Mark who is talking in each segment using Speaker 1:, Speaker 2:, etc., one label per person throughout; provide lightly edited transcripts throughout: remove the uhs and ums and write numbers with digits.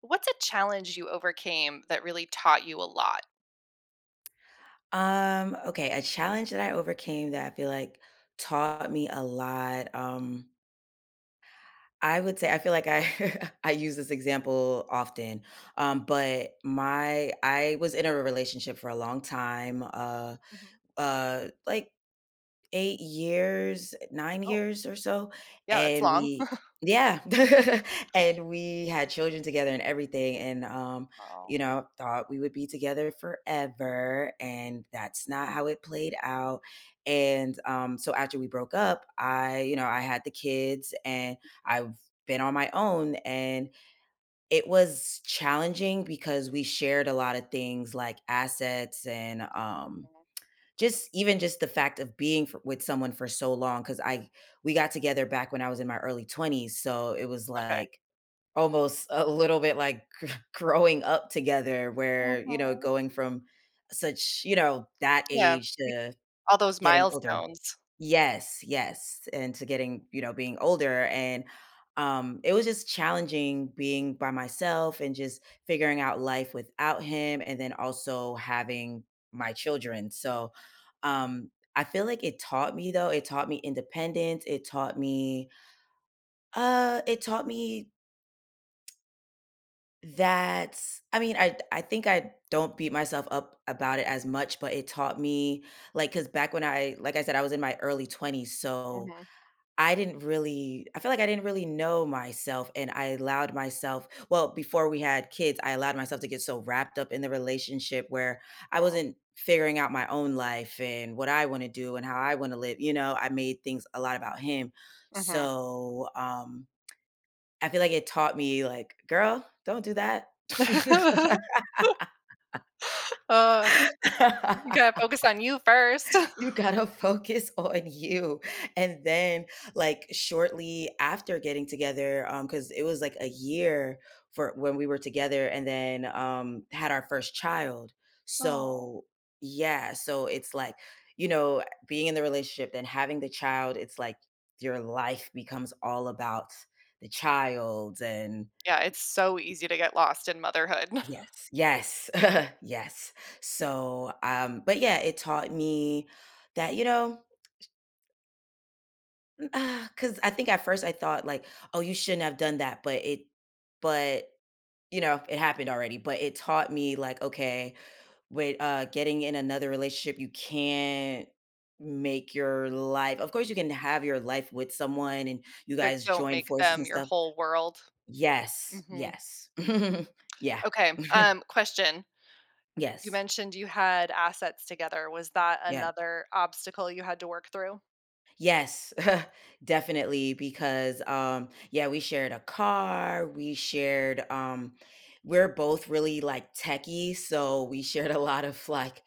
Speaker 1: What's a challenge you overcame that really taught you a lot?
Speaker 2: Okay, a challenge that I overcame that I feel like taught me a lot. I would say I feel like I I use this example often. But my I was in a relationship for a long time,
Speaker 1: Mhm.
Speaker 2: like 8 years, 9
Speaker 1: Oh,
Speaker 2: years or so,
Speaker 1: yeah, that's
Speaker 2: and
Speaker 1: long.
Speaker 2: we Yeah. And we had children together and everything, and,
Speaker 1: Oh.
Speaker 2: you know, thought we would be together forever, and that's not how it played out, and, so after we broke up, I had the kids, and I've been on my own, and it was challenging because we shared a lot of things like assets and, just even just the fact of being for with someone for so long, because I we got together back when I was in my early 20s, so it was,
Speaker 1: Okay.
Speaker 2: like, almost a little bit like growing up together where, you know,
Speaker 1: Mhm.
Speaker 2: going from such, you know, that
Speaker 1: Yeah,
Speaker 2: age to
Speaker 1: all those
Speaker 2: getting older.
Speaker 1: milestones.
Speaker 2: Yes, yes, and to getting, you know, being older and it was just challenging being by myself and just figuring out life without him and then also having my children. So I feel like it taught me though, it taught me independence, it taught me uh it taught me that I think I don't beat myself up about it as much, but it taught me like cuz back when I like I said I was in my early 20s, so
Speaker 1: Mhm,
Speaker 2: I didn't really I feel like I didn't really know myself and I allowed myself well, before we had kids, I allowed myself to get so wrapped up in the relationship where I
Speaker 1: mm,
Speaker 2: wasn't figuring out my own life and what I want to do and how I want to live, you know, I made things a lot about him.
Speaker 1: mhm.
Speaker 2: So, I feel like it taught me like, "Girl, don't do that."
Speaker 1: Uh, you gotta focus on you first.
Speaker 2: You gotta focus on you. And then, like, shortly after getting together, because it was like a year for when we were together and then had our first child.
Speaker 1: Oh.
Speaker 2: So yeah, so it's like, you know, being in the relationship, then having the child, it's like your life becomes all about the child and
Speaker 1: Yeah, it's so easy to get lost in motherhood,
Speaker 2: yes, yes, yes. So but yeah, it taught me that, you know, Cause I think at first I thought like, "Oh, you shouldn't have done that," but but, you know, it happened already, but it taught me like, okay, with, getting in another relationship, you can't make your life of course, you can have your life with someone and you
Speaker 1: but
Speaker 2: guys
Speaker 1: don't
Speaker 2: join
Speaker 1: make
Speaker 2: forces
Speaker 1: them
Speaker 2: and
Speaker 1: your
Speaker 2: stuff.
Speaker 1: whole world.
Speaker 2: Yes,
Speaker 1: Mhm.
Speaker 2: yes. Yeah.
Speaker 1: Okay, question. You
Speaker 2: Yes.
Speaker 1: mentioned you had assets together. Was that
Speaker 2: Yeah.
Speaker 1: another obstacle you had to work through?
Speaker 2: Yes, definitely. Because yeah, we shared a car. We shared. We're both really like techie, so we shared a lot of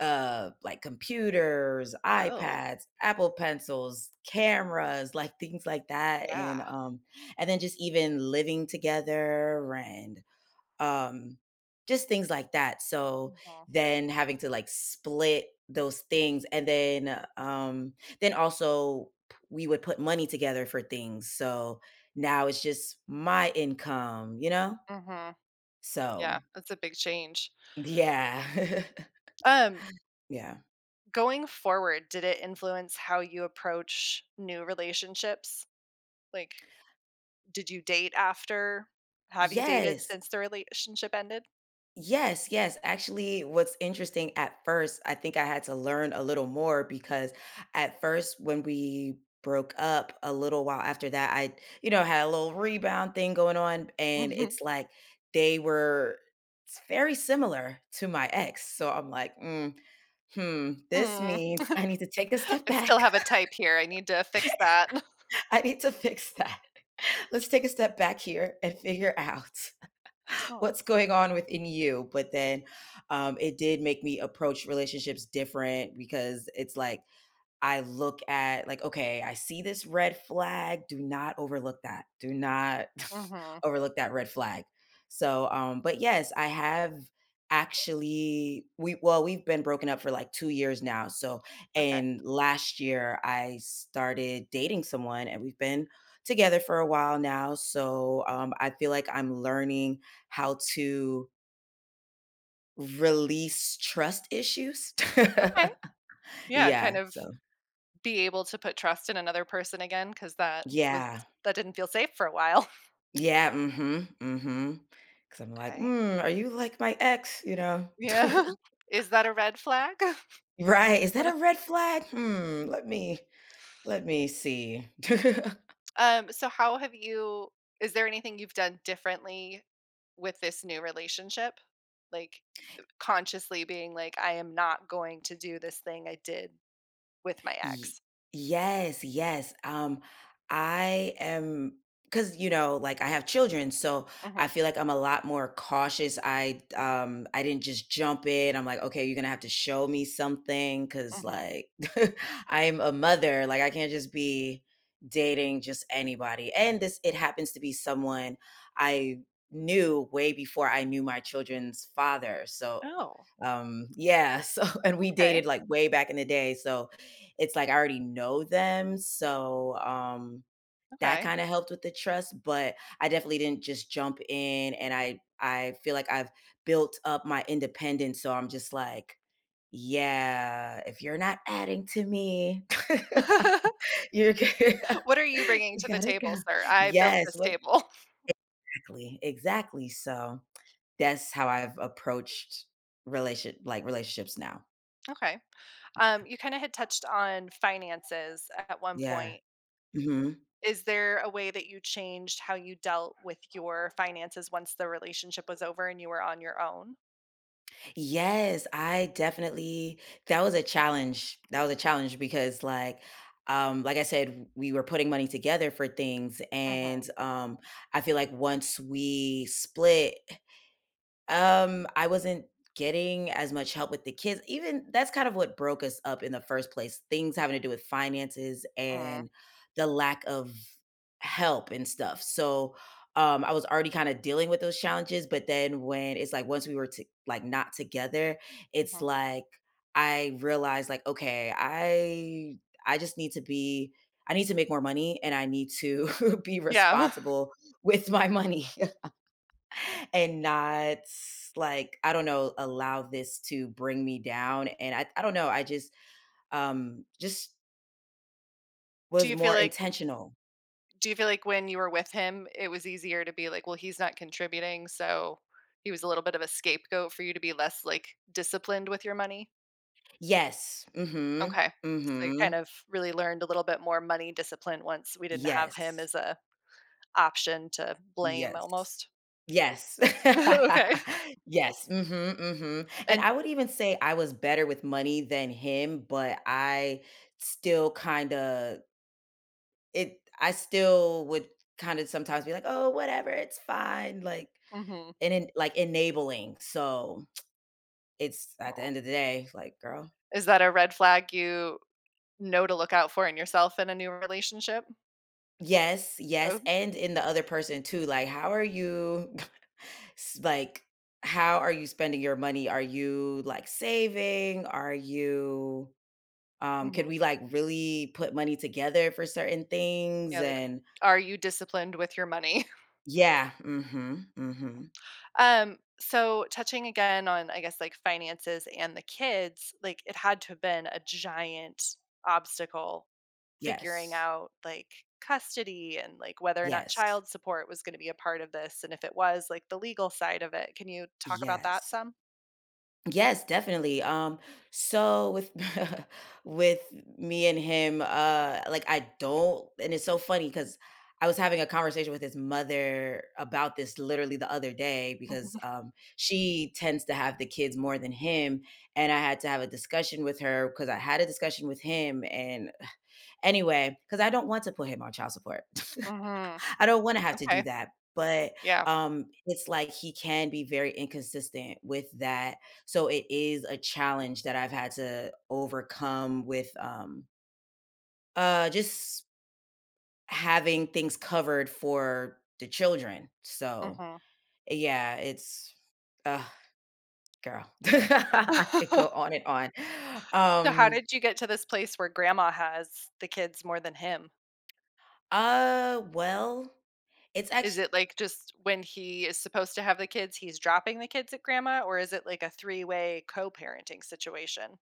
Speaker 2: like computers,
Speaker 1: Oh.
Speaker 2: iPads, Apple pencils, cameras, like things like that,
Speaker 1: Yeah.
Speaker 2: and then just even living together and um just things like that so
Speaker 1: Mhm,
Speaker 2: then having to like split those things and then also we would put money together for things so now it's just my income you know
Speaker 1: mhm. Yeah,
Speaker 2: so
Speaker 1: that's a big change.
Speaker 2: yeah
Speaker 1: Um,
Speaker 2: yeah
Speaker 1: going forward, did it influence how you approach new relationships? Like, did you date after? Have you dated
Speaker 2: yes
Speaker 1: since the relationship ended?
Speaker 2: Yes, yes. Actually, what's interesting at first, I think I had to learn a little more because at first, when we broke up a little while after that, you know, had a little rebound thing going on. And
Speaker 1: Mhm,
Speaker 2: it's like they were very similar to my ex. So I'm like, mm, hmm, this
Speaker 1: mm.
Speaker 2: means I need to take a step
Speaker 1: I still
Speaker 2: back.
Speaker 1: have a type here. I need to fix that.
Speaker 2: I need to fix that. Let's take a step back here and figure out.
Speaker 1: Oh,
Speaker 2: what's going on within you but then it did make me approach relationships different because it's like I look at like, okay, I see this red flag. Do not overlook that. Do not
Speaker 1: mhm.
Speaker 2: overlook that red flag. So, but yes, I have we've been broken up for like 2 years now. So,
Speaker 1: Okay,
Speaker 2: and last year I started dating someone and we've been together for a while now. So I feel like I'm learning how to release trust issues.
Speaker 1: okay. Yeah,
Speaker 2: yeah.
Speaker 1: kind of
Speaker 2: So
Speaker 1: be able to put trust in another person again, because
Speaker 2: yeah.
Speaker 1: that didn't feel safe for a while.
Speaker 2: Yeah, mhm, mm-hmm, because 'Cause I'm like,
Speaker 1: Okay.
Speaker 2: "Mm, are you like my ex?" You know?
Speaker 1: Yeah. Is that a red flag?
Speaker 2: Right, "Is that a red flag? Hmm, let me see."
Speaker 1: So how have you is there anything you've done differently with this new relationship? Like consciously being like, I am not going to do this thing I did with my
Speaker 2: Y
Speaker 1: ex.
Speaker 2: yes, yes, I am because you know, like, I have children, so I
Speaker 1: Mm-hmm.
Speaker 2: feel like I'm a lot more cautious. I didn't just jump in. I'm like, "Okay, you're gonna have to show me something because,
Speaker 1: Mm-hmm.
Speaker 2: like, I'm a mother, like, I can't just be dating just anybody, and this it happens to be someone I knew way before I knew my children's father, so,
Speaker 1: Oh,
Speaker 2: yeah, so and we
Speaker 1: okay.
Speaker 2: dated, like, way back in the day, so it's like I already know them. So that
Speaker 1: Okay.
Speaker 2: kind of helped with the trust, but I definitely didn't just jump in and I feel like I've built up my independence. So I'm just like, yeah, if you're not adding to me, you're good.
Speaker 1: What are you bringing to
Speaker 2: you
Speaker 1: the
Speaker 2: gotta go.
Speaker 1: table, sir? I built
Speaker 2: Yes,
Speaker 1: this
Speaker 2: what
Speaker 1: table.
Speaker 2: exactly. Exactly. So that's how I've approached relationships now.
Speaker 1: Okay. You kind of had touched on finances at one
Speaker 2: Yeah.
Speaker 1: point.
Speaker 2: Mhm.
Speaker 1: Is there a way that you changed how you dealt with your finances once the relationship was over and you were on your own?
Speaker 2: Yes, I definitely that was a challenge. That was a challenge because like I said we were putting money together for things and I feel like once we split I wasn't getting as much help with the kids. Even that's kind of what broke us up in the first place, things having to do with finances
Speaker 1: Mm,
Speaker 2: and the lack of help and stuff. So, I was already kind of dealing with those challenges, but then when it's like once we were to, like not together, it's
Speaker 1: mhm.
Speaker 2: like I realized like, okay, I just need to be I need to make more money and I need to be
Speaker 1: Yeah.
Speaker 2: responsible with my money and not like I don't know allow this to bring me down and I don't know I just
Speaker 1: Do
Speaker 2: was
Speaker 1: you feel
Speaker 2: more
Speaker 1: like
Speaker 2: intentional
Speaker 1: do you feel like when you were with him, it was easier to be like, "Well, he's not contributing," so he was a little bit of a scapegoat for you to be less, like, disciplined with your money?
Speaker 2: yes mm-hmm
Speaker 1: Okay. So you
Speaker 2: mm-hmm
Speaker 1: kind of really learned a little bit more money discipline once we didn't have him
Speaker 2: yes
Speaker 1: as a option to blame
Speaker 2: yes
Speaker 1: almost.
Speaker 2: yes
Speaker 1: Okay.
Speaker 2: yes mm-hmm mm-hmm and
Speaker 1: And
Speaker 2: I would even say I was better with money than him but still kind of I still would kind of sometimes be like oh whatever it's fine like
Speaker 1: mhm.
Speaker 2: Enabling, so it's at the
Speaker 1: Oh.
Speaker 2: end of the day, like, "Girl"
Speaker 1: Is that a red flag you know to look out for in yourself in a new relationship?
Speaker 2: Yes, yes,
Speaker 1: Oh,
Speaker 2: and in the other person too, like, how are you s like, how are you spending your money? Are you, like, saving? Are you, could
Speaker 1: mhm.
Speaker 2: we, like, really put money together for certain things?
Speaker 1: Yeah, like,
Speaker 2: And
Speaker 1: are you disciplined with your money?
Speaker 2: Yeah, mhm, mhm.
Speaker 1: So touching again on, I guess, like finances and the kids, like it had to have been a giant obstacle figuring
Speaker 2: Yes.
Speaker 1: out like custody and like whether or not
Speaker 2: Yes.
Speaker 1: child support was going to be a part of this. And if it was, like the legal side of it. Can you talk about that
Speaker 2: Yes.
Speaker 1: some?
Speaker 2: Yes, definitely. So with with me and him, like I don't, and it's so funny because I was having a conversation with his mother about this literally the other day because
Speaker 1: Hmm.
Speaker 2: she tends to have the kids more than him, and I had to have a discussion with her because I had a discussion with him, and anyway, because I don't want to put him on child support.
Speaker 1: Hmm.
Speaker 2: I don't wanna have to do
Speaker 1: Okay.
Speaker 2: that, but,
Speaker 1: Yeah.
Speaker 2: it's like he can be very inconsistent with that, so it is a challenge that I've had to overcome with, just having things covered for the children, so,
Speaker 1: Hmm.
Speaker 2: yeah, it's ugh, girl. I could go on and on.
Speaker 1: So, how
Speaker 2: Um,
Speaker 1: did you get to this place where grandma has the kids more than him?
Speaker 2: uh, well, it's
Speaker 1: Is
Speaker 2: actually.
Speaker 1: it, like, just when he is supposed to have the kids, he's dropping the kids at grandma, or is it, like, a three-way co-parenting situation?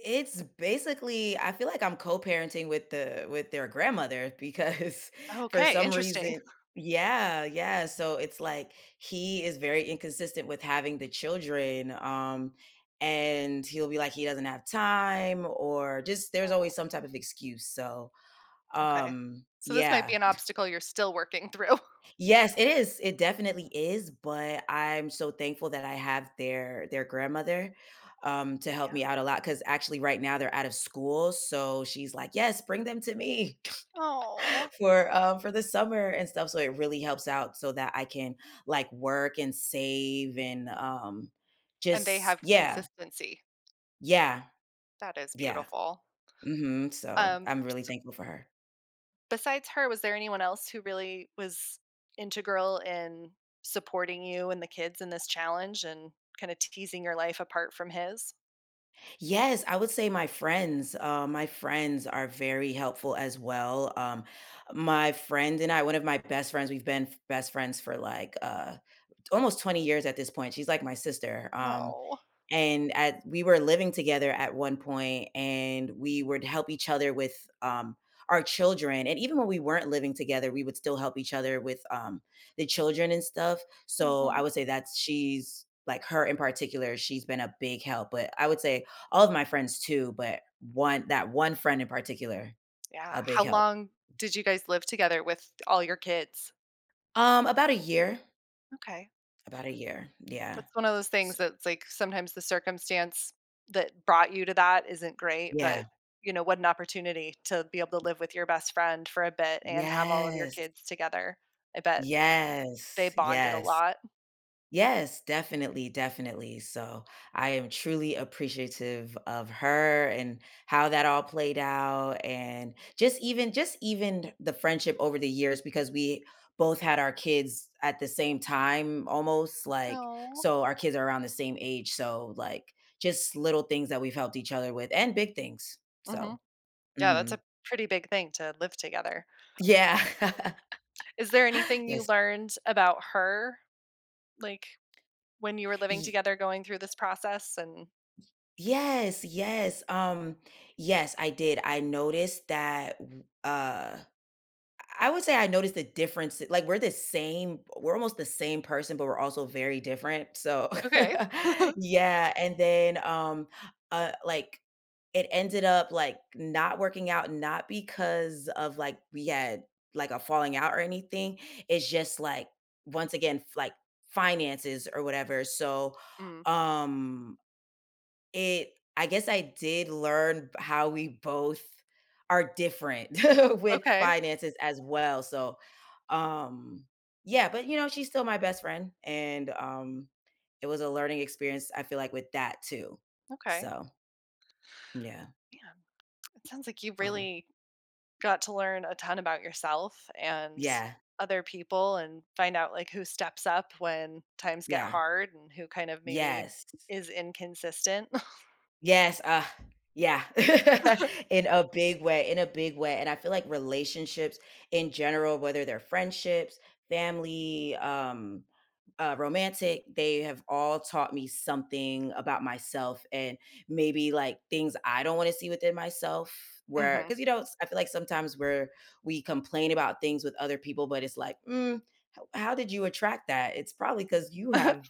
Speaker 2: It's basically I feel like I'm co-parenting with the with their grandmother because for
Speaker 1: Okay,
Speaker 2: some
Speaker 1: interesting.
Speaker 2: reason yeah, yeah, so it's like he is very inconsistent with having the children and he'll be like he doesn't have time or just there's always
Speaker 1: Oh,
Speaker 2: some type of excuse. So,
Speaker 1: okay. So this might
Speaker 2: yeah.
Speaker 1: be an obstacle you're still working through.
Speaker 2: Yes, it is. It definitely is, but I'm so thankful that I have their grandmother to help
Speaker 1: Yeah.
Speaker 2: me out a lot cuz actually right now they're out of school, so she's like, "Yes, bring them to me
Speaker 1: Oh.
Speaker 2: for the summer and stuff." So it really helps out so that I can like work and save and
Speaker 1: And they
Speaker 2: just
Speaker 1: have
Speaker 2: yeah.
Speaker 1: consistency.
Speaker 2: Yeah.
Speaker 1: That is
Speaker 2: Yeah.
Speaker 1: beautiful.
Speaker 2: Mhm. So,
Speaker 1: Um,
Speaker 2: I'm really
Speaker 1: s
Speaker 2: thankful for her.
Speaker 1: besides her, was there anyone else who really was integral in supporting you and the kids in this challenge and kinda teasing your life apart from his?
Speaker 2: Yes, I would say my friends. My friends are very helpful as well.
Speaker 1: Mm.
Speaker 2: My friend and I, one of my best friends, we've been best friends for like almost 20 years at this point. She's like my sister.
Speaker 1: Oh.
Speaker 2: And at we were living together at one point, and we would help each other with, our children, and even when we weren't living together, we would still help each other with, the children and stuff. So, I
Speaker 1: Mhm.
Speaker 2: would say that's she's like, her in particular, she's been a big help, but I would say all of my friends too, but one that one friend in particular,
Speaker 1: Yeah.
Speaker 2: a big
Speaker 1: How
Speaker 2: help.
Speaker 1: long did you guys live together with all your kids?
Speaker 2: Um, about a year,
Speaker 1: Okay.
Speaker 2: about a year, yeah.
Speaker 1: That's one of those
Speaker 2: S
Speaker 1: things that's like sometimes the circumstance that brought you to that isn't great,
Speaker 2: yeah.
Speaker 1: but you know, what an opportunity to be able to live with your best friend for a bit and have all of your
Speaker 2: Yes.
Speaker 1: kids together. I bet they
Speaker 2: Yes.
Speaker 1: bonded a
Speaker 2: Yes.
Speaker 1: lot.
Speaker 2: Yes, definitely, definitely. So I am truly appreciative of her and how that all played out and just even the friendship over the years because we both had our kids at the same time almost like
Speaker 1: Oh.
Speaker 2: so our kids are around the same age. So like just little things that we've helped each other with and big things.
Speaker 1: Hmm.
Speaker 2: So
Speaker 1: Yeah, that's
Speaker 2: mhm.
Speaker 1: a pretty big thing to live together.
Speaker 2: yeah.
Speaker 1: Is there anything you
Speaker 2: yes.
Speaker 1: learned about her, like when you were living together going through this process? And
Speaker 2: Yes, yes. Yes, I did. I noticed that I would say I noticed the difference. Like we're almost the same person, but we're also very different. So
Speaker 1: okay.
Speaker 2: yeah, and then like it ended up like not working out, not because of like we had like a falling out or anything. It's just like once again, like finances or whatever. So
Speaker 1: Mm,
Speaker 2: um it I guess I did learn b how we both are different with
Speaker 1: okay,
Speaker 2: finances as well, so, um, yeah, but, you know, she's still my best friend, and, it was a learning experience, I feel like, with that too.
Speaker 1: okay.
Speaker 2: So, yeah,
Speaker 1: Yeah. It sounds like you
Speaker 2: um,
Speaker 1: really got to learn a ton about yourself and
Speaker 2: yeah,
Speaker 1: other people and find out like who steps up when times get
Speaker 2: yeah,
Speaker 1: hard and who kind of maybe
Speaker 2: yes.
Speaker 1: is inconsistent.
Speaker 2: Yes, yeah. In a big way, in a big way. And I feel like relationships in general, whether they're friendships, family, romantic, they have all taught me something about myself and maybe like things I don't want to see within myself. Where,
Speaker 1: Mhm.
Speaker 2: because you know, I feel like sometimes where we complain about things with other people, but it's like, mm, how did you attract that? It's probably because you have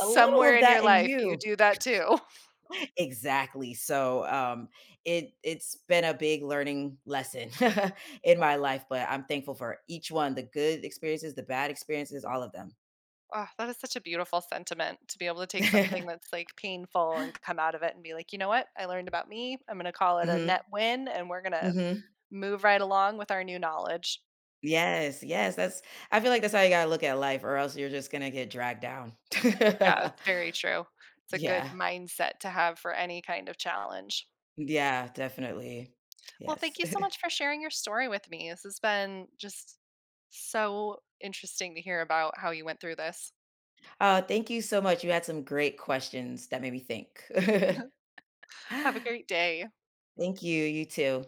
Speaker 2: a little of
Speaker 1: in your
Speaker 2: that in
Speaker 1: life you
Speaker 2: you.
Speaker 1: do that too.
Speaker 2: Exactly. So, it's been a big learning lesson in my
Speaker 1: Oh,
Speaker 2: life, but I'm thankful for each one, the good experiences, the bad experiences, all of them.
Speaker 1: ah, that is such a beautiful sentiment to be able to take something that's like painful and come out of it and be like, you know what? I learned about me. I'm going to call it a net
Speaker 2: Mhm,
Speaker 1: win and we're going to
Speaker 2: mhm.
Speaker 1: move right along with our new knowledge.
Speaker 2: Yes, yes, that's I feel like that's how you gotta look at life, or else you're just gonna get dragged down.
Speaker 1: Yeah, that's very true. It's a good
Speaker 2: Yeah,
Speaker 1: mindset to have for any kind of challenge.
Speaker 2: yeah, definitely.
Speaker 1: Well,
Speaker 2: Yes.
Speaker 1: thank you so much for sharing your story with me. This has been just so interesting to hear about how you went through this.
Speaker 2: Thank you so much. You had some great questions that made me think.
Speaker 1: Have a great day.
Speaker 2: Thank you. You too.